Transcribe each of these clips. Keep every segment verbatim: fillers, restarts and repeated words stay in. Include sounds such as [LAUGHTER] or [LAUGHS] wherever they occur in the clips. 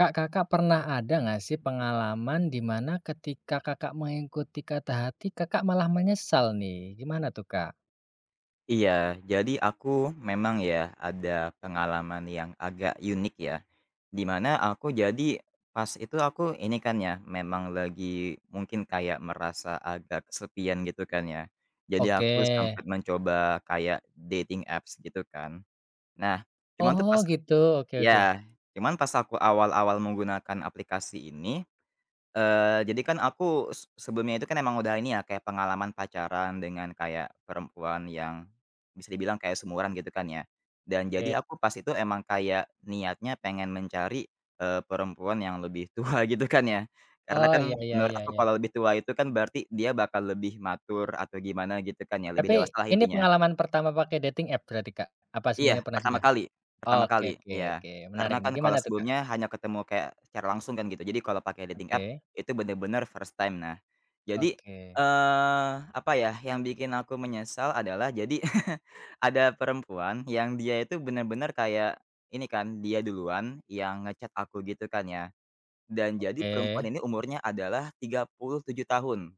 Kak, Kakak pernah ada nggak sih pengalaman di mana ketika Kakak mengikuti kata hati, Kakak malah menyesal nih? Gimana tuh, Kak? Iya, jadi aku memang ya ada pengalaman yang agak unik ya. dimana aku jadi pas itu aku ini kan ya memang lagi mungkin kayak merasa agak kesepian gitu kan ya. Jadi Oke. aku sempat mencoba kayak dating apps gitu kan. Nah, cuman tuh Oh, pas gitu. Oke, oke. ya, cuman pas aku awal-awal menggunakan aplikasi ini, Eee, jadi kan aku se sebelumnya itu kan emang udah ini ya, kayak pengalaman pacaran dengan kayak perempuan yang bisa dibilang kayak seumuran gitu kan ya. Dan Oke. jadi aku pas itu emang kayak niatnya pengen mencari, eee, perempuan yang lebih [LAUGHS] tua gitu kan ya. Karena Oh, iya kan iya menurut iya aku iya. kalau lebih tua itu kan berarti dia bakal lebih matur atau gimana gitu kan ya, lebih Tapi dewasalah ini intinya. pengalaman pertama pakai dating app berarti, Kak? Apa sebelumnya Iya, pernah pertama juga? kali, pertama Oke, kali, oke, iya. oke. Karena Menarik nih. kan kalau Gimana tuh, Kak? sebelumnya hanya ketemu kayak secara langsung kan gitu. Jadi kalau pakai dating app, Oke. itu bener-bener first time. Nah, jadi, Oke. eee, apa ya, yang bikin aku menyesal adalah jadi [LAUGHS] ada perempuan yang dia itu bener-bener kayak ini kan, dia duluan yang nge-chat aku gitu kan ya. Dan jadi perempuan Oke. ini umurnya adalah tiga puluh tujuh tahun,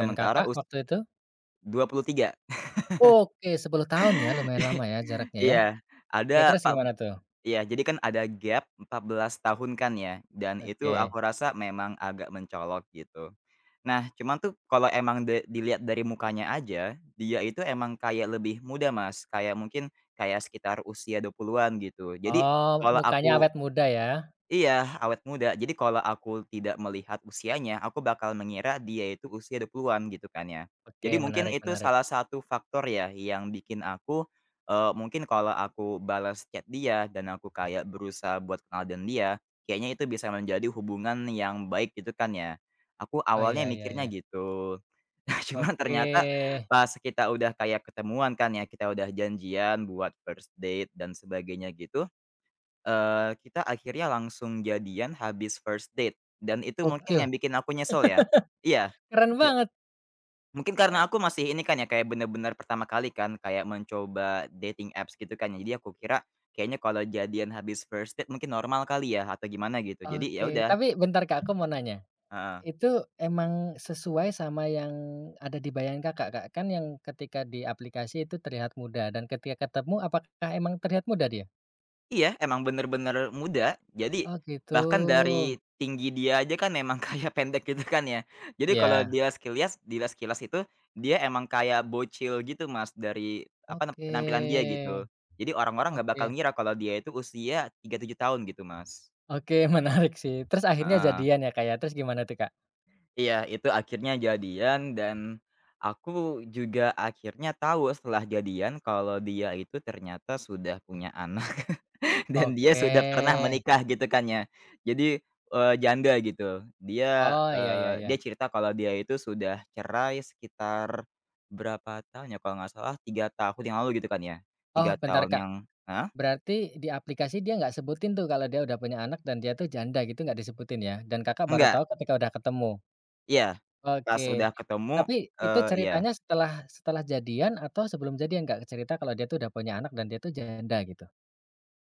Dan Kakak us waktu itu? dua puluh tiga. Oke, sepuluh tahun ya, lumayan lama ya jaraknya ya. Iya, Oke, ada terus pak gimana tuh? Iya, jadi kan ada gap empat belas tahun kan ya, dan itu Oke. aku rasa memang agak mencolok gitu. Nah, cuman tuh kalau emang de dilihat dari mukanya aja, dia itu emang kayak lebih muda Mas, kayak mungkin kayak sekitar usia dua puluhan-an gitu. Jadi Oh, kalau mukanya aku awet muda ya? Iya, awet muda. Jadi kalau aku tidak melihat usianya, aku bakal mengira dia itu usia dua puluhan-an gitu kan ya. Oke, Jadi mungkin menarik itu menarik. salah satu faktor ya yang bikin aku, eee, mungkin kalau aku balas chat dia dan aku kayak berusaha buat kenal dengan dia, kayaknya itu bisa menjadi hubungan yang baik gitu kan ya. Aku Oh, awalnya iya iya mikirnya iya. gitu. [LAUGHS] Nah, cuman Oke, ternyata pas kita udah kayak ketemuan kan ya, kita udah janjian buat first date dan sebagainya gitu. Eee, kita akhirnya langsung jadian habis first date, dan itu mungkin gokil, yang bikin aku nyesel ya. Iya, keren nggak, banget, mungkin karena aku eee, masih ini kan ya, kayak bener-bener pertama kali kan, kayak mencoba dating apps gitu kan ya. Jadi aku kira, kayaknya kalau jadian habis first date mungkin normal kali ya, atau gimana gitu. Jadi ya oke. udah. Tapi bentar Kak, aku mau nanya, Heeh. itu emang sesuai sama yang ada di bayangan Kakak, Kak? Kan yang ketika di aplikasi itu terlihat muda dan ketika ketemu apakah emang terlihat muda dia? Iya, emang bener-bener muda. Jadi, Oh, gitu. bahkan dari tinggi dia aja kan emang [LAUGHS] kayak pendek gitu kan ya. Jadi kalau Ya. dia sekilas dia sekilas itu, dia emang kayak bocil gitu Mas, dari apa, nam Oke, penampilan dia gitu. Jadi orang-orang nggak bakal oke, ngira kalau dia itu usia tiga puluh tujuh tahun gitu Mas. oke, [LAUGHS] menarik sih. Terus akhirnya Heeh. jadian ya Kak ya? Terus gimana tuh Kak? Iya, itu akhirnya jadian dan aku juga akhirnya tahu setelah jadian kalau dia itu ternyata sudah punya anak. Dan dia Oke. sudah pernah menikah gitu kan ya. Jadi, eee, janda gitu. Dia, Oh, iya iya eee, dia iya. cerita kalau dia itu sudah cerai sekitar berapa tahun ya, kalau nggak salah tiga tahun yang lalu gitu kan ya. Oh, tiga bentar tahun Kak. yang heeh? Berarti di aplikasi dia nggak sebutin tuh kalau dia udah punya anak dan dia tuh janda gitu nggak disebutin ya? Dan Kakak baru Enggak, tahu ketika udah ketemu? iya. Pas Oke. udah ketemu, Tapi itu eee, iya. ceritanya setelah setelah jadian atau sebelum jadian Kak, cerita kalau dia tuh udah punya anak dan dia tuh janda gitu?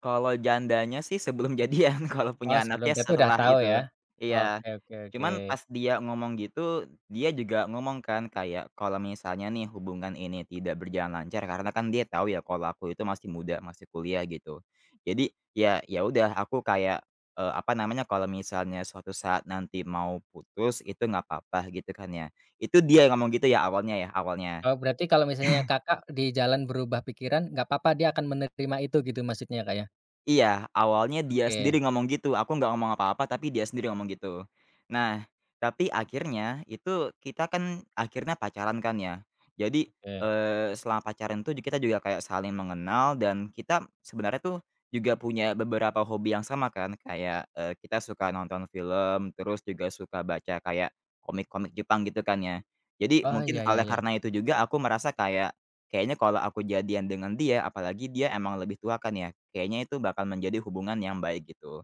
Kalau jandanya sih sebelum [LAUGHS] jadian, kalau Oh, punya sebelum anaknya dia tuh udah setelah tahu ya? itu. Iya, Oke, oke, oke. cuman pas dia ngomong gitu, dia juga ngomong kan kayak kalau misalnya nih hubungan ini tidak berjalan lancar karena kan dia tahu ya kalau aku itu masih muda, masih kuliah gitu. Jadi ya ya udah aku kayak, eee, apa namanya, kalau misalnya suatu saat nanti mau putus itu nggak apa-apa gitu kan ya. Itu dia yang ngomong gitu ya awalnya ya, awalnya. Oh, berarti kalau misalnya Kakak di jalan berubah pikiran nggak apa-apa dia akan menerima itu gitu maksudnya Kak ya? Iya, awalnya dia Oke, sendiri ngomong gitu, aku nggak ngomong apa-apa, tapi dia sendiri ngomong gitu. Nah, tapi akhirnya itu kita kan akhirnya pacaran kan ya. Jadi, oke. eee, selama pacaran tuh kita juga kayak saling mengenal dan kita sebenarnya tuh juga punya beberapa hobi yang sama kan, kayak, eee, kita suka nonton film, terus juga suka baca kayak komik-komik Jepang gitu kan ya. Jadi Oh, iya mungkin iya oleh iya. karena itu juga aku merasa kayak kayaknya kalau aku jadian dengan dia, apalagi dia emang lebih tua kan ya, kayaknya itu bakal menjadi hubungan yang baik gitu.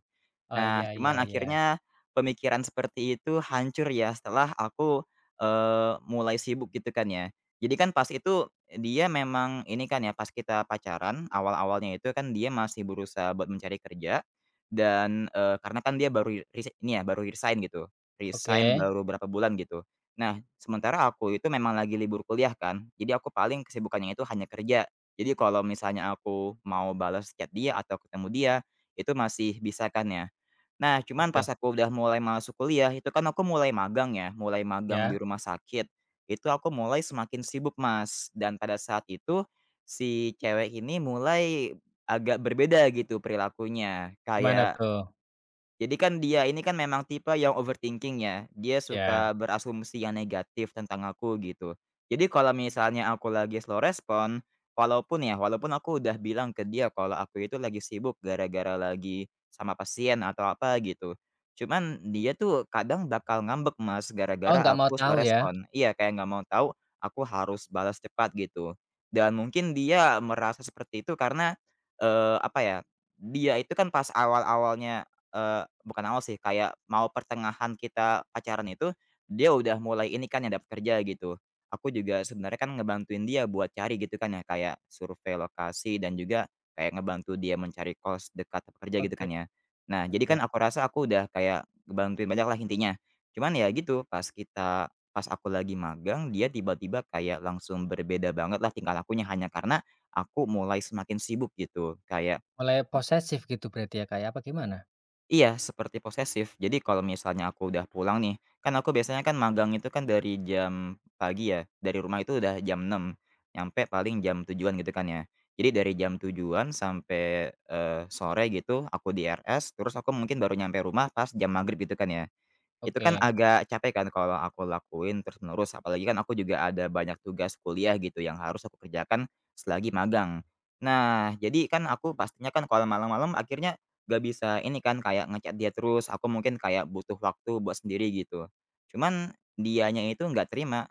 Oh, Nah, iya iya cuman iya. akhirnya pemikiran seperti itu hancur ya setelah aku, eee, mulai sibuk gitu kan ya. Jadi kan pas itu dia memang ini kan ya, pas kita pacaran awal-awalnya itu kan dia masih berusaha buat mencari kerja dan, eee, karena kan dia baru rese ini ya baru resign gitu, resign Oke, baru berapa bulan gitu. Nah, sementara aku itu memang lagi libur kuliah kan, jadi aku paling kesibukannya itu hanya kerja. Jadi kalau misalnya aku mau balas chat dia atau ketemu dia, itu masih bisa kan ya. Nah, cuman pas oke. aku udah mulai masuk kuliah, itu kan aku mulai magang ya, mulai magang di Ya. rumah sakit. Itu aku mulai semakin sibuk, Mas, dan pada saat itu si cewek ini mulai agak berbeda gitu perilakunya. Gimana Kayak tuh? jadi kan dia ini kan memang tipe yang overthinking ya, dia Ya. suka berasumsi yang negatif tentang aku gitu. Jadi kalau misalnya aku lagi slow respon, walaupun ya walaupun aku udah bilang ke dia kalau aku itu lagi sibuk gara-gara lagi sama pasien atau apa gitu. Cuman dia tuh kadang bakal ngambek Mas, Oh, gara-gara nggak mau aku slow tahu ya? respon. Iya kayak nggak mau tahu, aku harus balas cepat gitu. Dan mungkin dia merasa seperti itu karena, eee, apa ya, dia itu kan pas awal-awalnya, eee, bukan awal sih, kayak mau pertengahan kita pacaran itu, dia udah mulai ini kan ya dapat kerja gitu. Aku juga sebenarnya kan ngebantuin dia buat cari gitu kan ya, kayak survei lokasi dan juga kayak ngebantu dia mencari kos dekat tempat kerja gitu Oke, kan ya. Nah, jadi oke. kan aku rasa aku udah kayak ngebantuin banyak lah intinya. Cuman ya gitu, pas kita pas aku lagi magang, dia tiba-tiba kayak langsung berbeda banget lah tingkah lakunya hanya karena aku mulai semakin sibuk gitu. Kayak Mulai posesif gitu berarti ya, Kak, ya? Apa gimana? iya, seperti posesif. Jadi kalau misalnya aku udah pulang nih, kan aku biasanya kan magang itu kan dari jam pagi ya, dari rumah itu udah jam enam, nyampe paling jam tujuan an gitu kan ya. Jadi dari jam tujuan sampai, eee, sore gitu aku di R S, terus aku mungkin baru nyampe rumah pas jam maghrib gitu kan ya. Itu kan Oke, agak capek kan kalau aku lakuin terus-menerus, apalagi kan aku juga ada banyak tugas kuliah gitu yang harus aku kerjakan selagi magang. Nah, jadi kan aku pastinya kan kalau malam-malam akhirnya gak bisa ini kan, kayak nge dia terus, aku mungkin kayak butuh waktu buat sendiri gitu. Cuman dianya itu nggak terima.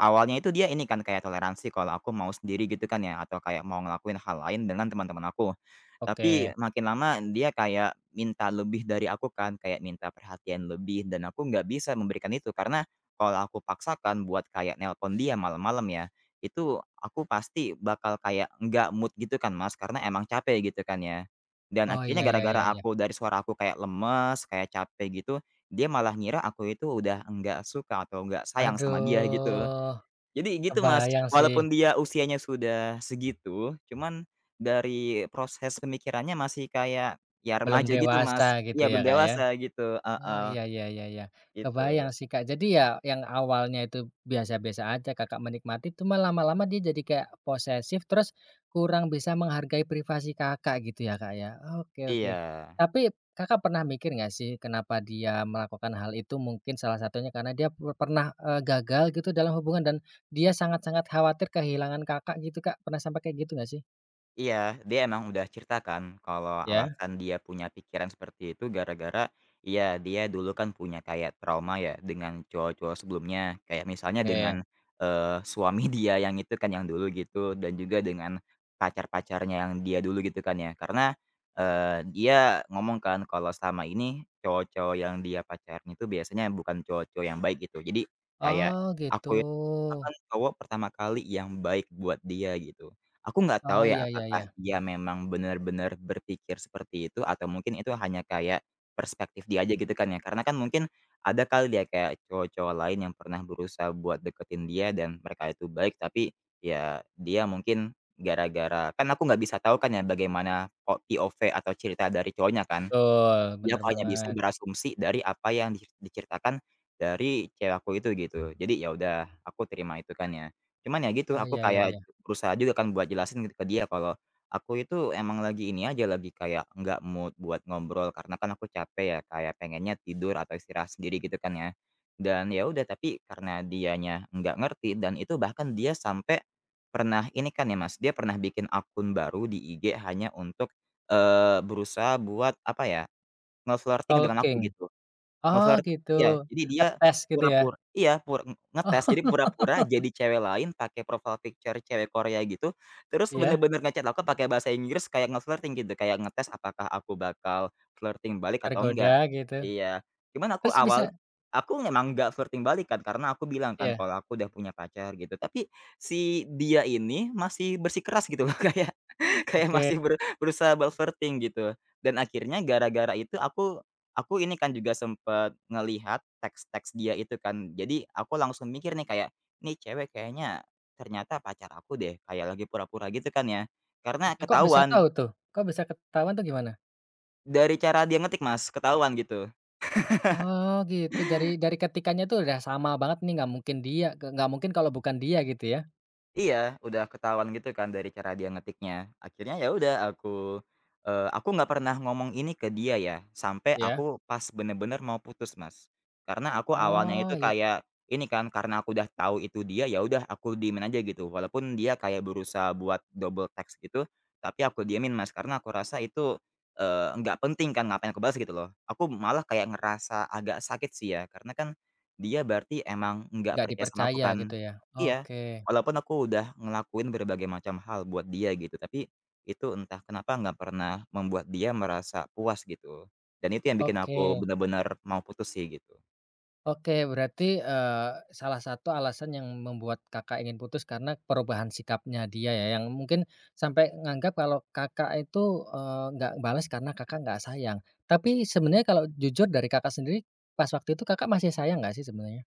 Awalnya itu dia ini kan kayak toleransi kalau aku mau sendiri gitu kan ya, atau kayak mau ngelakuin hal lain dengan teman-teman aku. oke. Tapi makin lama dia kayak minta lebih dari aku kan, kayak minta perhatian lebih dan aku nggak bisa memberikan itu karena kalau aku paksakan buat kayak nelpon dia malam-malam ya, itu aku pasti bakal kayak nggak mood gitu kan Mas, karena emang capek gitu kan ya. Dan Oh, iya akhirnya iya iya gara-gara iya. aku dari suara aku kayak lemes, kayak capek gitu, dia malah ngira aku itu udah nggak suka atau nggak sayang sama dia gitu. Aduh, Jadi gitu Mas, kebayang sih, walaupun dia usianya sudah segitu, cuman dari proses pemikirannya masih kayak, ya belum remaja gitu Mas. dewasa gitu Iya ya, belum Kak, ya? dewasa gitu, Oh, heeh, iya iya iya iya. Kebayang gitu. sih, Kak. Jadi ya yang awalnya itu biasa-biasa aja Kakak menikmati, cuma lama-lama dia jadi kayak posesif, terus kurang bisa menghargai privasi Kakak gitu ya, Kak, ya? Oke, oke. Iya. Tapi Kakak pernah mikir nggak sih kenapa dia melakukan hal itu? Mungkin salah satunya karena dia pe pernah, eee, gagal gitu dalam hubungan dan dia sangat-sangat khawatir kehilangan Kakak gitu, Kak. Pernah sampai kayak gitu nggak sih? Iya, dia emang udah cerita kan kalau Ya? alasan dia punya pikiran seperti itu gara-gara, iya dia dulu kan punya kayak trauma ya dengan cowok-cowok sebelumnya, kayak misalnya dengan, Oke. eee, suami [LAUGHS] dia yang itu kan yang dulu gitu dan juga dengan pacar-pacarnya yang dia dulu gitu kan ya. Karena, eee, dia ngomong kan kalau selama ini cowok-cowok yang dia pacarin itu biasanya bukan cowok-cowok yang baik gitu. Jadi kayak Oh, gitu. aku itu merupakan cowok pertama kali yang baik buat dia gitu. Aku nggak tahu Oh, iya ya iya iya. apakah dia memang benar-benar berpikir seperti itu atau mungkin itu hanya kayak perspektif dia aja gitu kan ya. Karena kan mungkin ada kali dia kayak cowok-cowok lain yang pernah berusaha buat deketin dia dan mereka itu baik tapi ya dia mungkin gara-gara kan aku nggak bisa tahu kan ya bagaimana po P O V atau cerita dari cowoknya kan. Betul, Dia bener hanya bisa banget. berasumsi dari apa yang diceri diceritakan dari cewek aku itu gitu. Jadi ya udah aku terima itu kan ya. Cuman ya gitu Oh, aku iya iya kayak iya. berusaha juga kan buat jelasin gitu ke dia kalau aku itu emang lagi ini aja, lagi kayak nggak mood buat ngobrol karena kan aku capek ya, kayak pengennya tidur atau istirahat sendiri gitu kan ya. Dan ya udah tapi karena dianya nggak ngerti dan itu bahkan dia sampai pernah ini kan ya Mas, dia pernah bikin akun baru di I G hanya untuk, eee, berusaha buat apa ya, nge-flirting dengan aku Stalking. gitu, Oh, nge-flirt gitu. iya, jadi dia Ngetes gitu ya? pura-pura iya, pur ngetes, jadi Oh. pura-pura jadi [LAUGHS] cewek lain pakai profile picture cewek Korea gitu, terus Iya, bener-bener nge-chat aku pakai bahasa Inggris kayak nge-flirting gitu, kayak ngetes apakah aku bakal flirting balik atau tergoda enggak. gitu. Iya, cuman aku Terus bisa awal aku memang nggak flirting balik kan, karena aku bilang kan iya, kalau aku udah punya pacar gitu, tapi si dia ini masih bersikeras gitu loh, [LAUGHS] kayak [LAUGHS] kayak oke. masih beru berusaha balverting gitu. Dan akhirnya gara-gara itu aku aku ini kan juga sempet ngelihat teks-teks dia itu kan. Jadi aku langsung mikir nih kayak, "Nih cewek kayaknya ternyata pacar aku deh." Kayak lagi pura-pura gitu kan ya. Karena Oke, kok bisa tahu ketahuan tuh? Kok bisa ketahuan tuh gimana? dari cara dia ngetik Mas, ketahuan gitu. Oh, gitu. Dari dari ketikannya tuh udah sama banget nih, nggak mungkin dia nggak mungkin kalau bukan dia gitu ya? Iya, udah ketahuan gitu kan dari cara dia ngetiknya. Akhirnya ya udah aku, eee, aku nggak pernah ngomong ini ke dia ya, sampai Ya. aku pas bener-bener mau putus, Mas. Karena aku awalnya Oh, itu iya. kayak ini kan, karena aku udah tahu itu dia, ya udah aku diemin aja gitu. Walaupun dia kayak berusaha buat double text gitu, tapi aku diemin, Mas, karena aku rasa itu, eee, nggak penting kan, ngapain aku balas gitu loh. Aku malah kayak ngerasa agak sakit sih ya, karena kan dia berarti emang nggak Nggak percaya sama aku dipercaya kan. gitu ya? Iya. Oke, Walaupun aku udah ngelakuin berbagai macam hal buat dia gitu, tapi itu entah kenapa nggak pernah membuat dia merasa puas gitu. Dan itu yang bikin aku oke. benar-benar mau putus sih gitu. Oke, berarti, eee, salah satu alasan yang membuat Kakak ingin putus karena perubahan sikapnya dia ya, yang mungkin sampai nganggap kalau Kakak itu, eee, nggak balas karena Kakak nggak sayang. Tapi sebenarnya kalau jujur dari Kakak sendiri, pas waktu itu Kakak masih sayang nggak sih sebenarnya?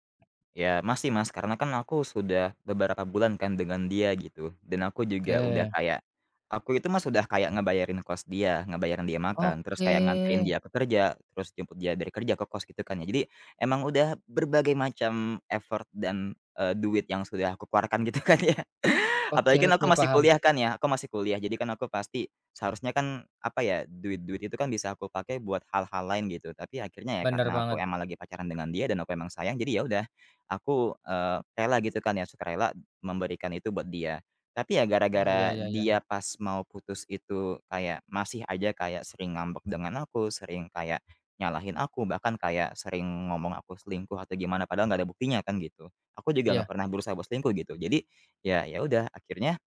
Ya masih Mas, karena kan aku sudah beberapa bulan kan dengan dia gitu, dan aku juga udah Oke, kayak aku itu Mas udah kayak ngebayarin kos dia, ngebayarin dia makan, terus oke, kayak nganterin dia ke kerja, terus jemput dia dari kerja ke kos gitu kan ya. Jadi emang udah berbagai macam effort dan, eee, duit yang sudah aku keluarkan gitu [LAUGHS] kan ya. oke, Apalagi kan aku oke, masih paham. kuliah kan ya, aku masih kuliah, jadi kan aku pasti seharusnya kan, apa ya, duit-duit itu kan bisa aku pakai buat hal-hal lain gitu, tapi akhirnya ya Bener karena aku banget. emang lagi pacaran dengan dia dan aku emang sayang, jadi ya udah, aku, eee, rela gitu kan ya, suka rela memberikan itu buat dia. Tapi ya Oh, iya gara-gara iya iya. dia pas mau putus itu kayak masih aja kayak sering ngambek dengan aku, sering kayak nyalahin aku, bahkan kayak sering ngomong aku selingkuh atau gimana, padahal nggak ada buktinya kan gitu. Aku juga nggak Iya, pernah berusaha buat selingkuh gitu. Jadi ya ya udah akhirnya,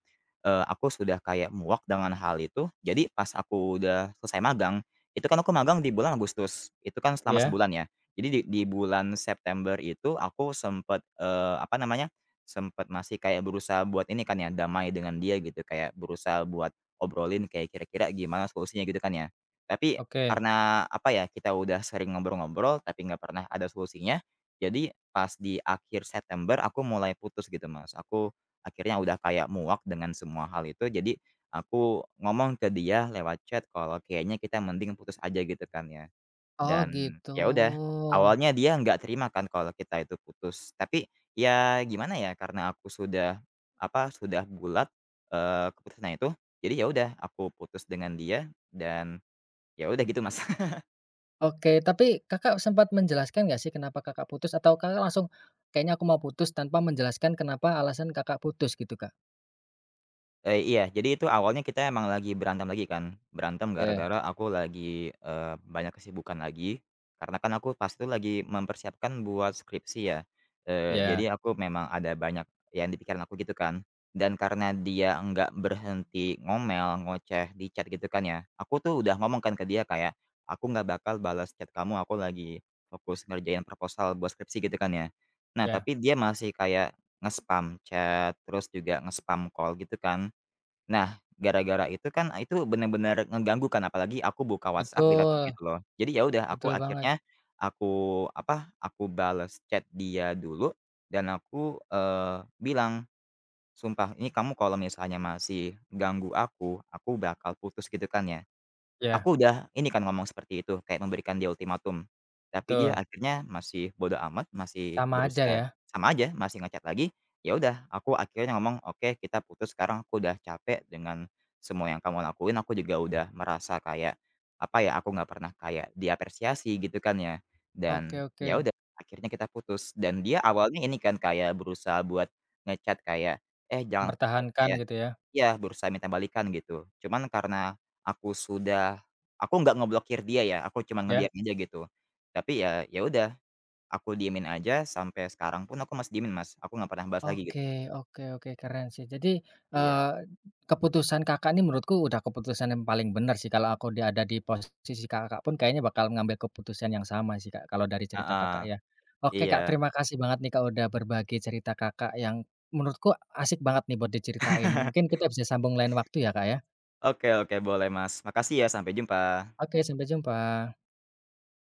eee, aku sudah kayak muak dengan hal itu, jadi pas aku udah selesai magang, itu kan aku magang di bulan Agustus, itu kan selama iya, sebulan ya. Jadi di di bulan September itu aku sempet, eh, apa namanya, sempet masih kayak berusaha buat ini kan ya, damai dengan dia gitu, kayak berusaha buat obrolin kayak kira-kira gimana solusinya gitu kan ya. Tapi oke. karena apa ya, kita udah sering ngobrol-ngobrol tapi nggak pernah ada solusinya, jadi pas di akhir September aku mulai putus gitu Mas, aku akhirnya udah kayak muak dengan semua hal itu, jadi aku ngomong ke dia lewat chat kalau kayaknya kita mending putus aja gitu kan ya. Oh, Dan gitu. ya udah, awalnya dia nggak terima kan kalau kita itu putus, tapi ya gimana ya, karena aku sudah, apa, sudah bulat, eee, keputusannya itu, jadi ya udah aku putus dengan dia dan ya udah gitu, Mas. Oke, tapi Kakak sempat menjelaskan nggak sih kenapa Kakak putus atau Kakak langsung, "Kayaknya aku mau putus," tanpa menjelaskan kenapa alasan Kakak putus gitu, Kak? Eh iya, jadi itu awalnya kita emang lagi berantem lagi kan, berantem Oke, gara-gara aku lagi, eee, banyak kesibukan lagi, karena kan aku pas itu lagi mempersiapkan buat skripsi ya, eee, ya, jadi aku memang ada banyak yang di pikiran aku gitu kan, dan karena dia nggak berhenti ngomel, ngoceh di chat gitu kan ya, aku tuh udah ngomong kan ke dia kayak, "Aku nggak bakal balas chat kamu, aku lagi fokus ngerjain proposal buat skripsi," gitu kan ya. Nah, ya, tapi dia masih kayak nge-spam chat, terus juga nge-spam call gitu kan. Nah, gara-gara itu kan, ah, itu bener-bener ngeganggu kan, apalagi aku buka WhatsApp di betul, laptop gitu loh. Jadi ya udah aku betul banget, akhirnya, aku apa, aku bales chat dia dulu dan aku, eee, bilang, "Sumpah ini kamu kalau misalnya masih ganggu aku, aku bakal putus," gitu kan ya. ya, Aku udah ini kan ngomong seperti itu, kayak memberikan dia ultimatum. Tapi dia betul, akhirnya masih bodo amat, masih sama aja berusaha ya. sama aja, masih nge lagi. Ya udah, aku akhirnya ngomong, "Oke, kita putus sekarang, aku udah capek dengan semua yang kamu lakuin, aku juga udah merasa kayak, apa ya, aku nggak pernah kayak diapresiasi," gitu kan ya. Oke, Dan oke. ya udah, akhirnya kita putus. Dan dia awalnya ini kan, kayak berusaha buat nge kayak, "Eh, jangan putus," Mempertahankan kayak gitu ya, iya, berusaha minta balikan gitu. Cuman karena aku sudah aku nggak ngeblokir dia ya, aku cuman ya. ngebiarin aja gitu. Tapi ya ya udah, aku diemin aja sampai sekarang pun aku masih diemin, Mas, aku nggak pernah bahas lagi Oke, gitu. oke, oke, keren sih. Jadi, Iya. eee, keputusan Kakak ini menurutku udah keputusan yang paling benar sih, kalau aku di ada di posisi Kakak pun kayaknya bakal ngambil keputusan yang sama sih, Kak, kalau dari cerita Heeh, Kakak ya. Oke, Kak, iya. terima kasih banget nih, Kak, udah berbagi cerita Kakak yang menurutku asik banget nih buat diceritain. Mungkin kita bisa sambung lain waktu ya, Kak, ya. Oke oke boleh, Mas. Makasih ya, sampai jumpa. Oke, sampai jumpa.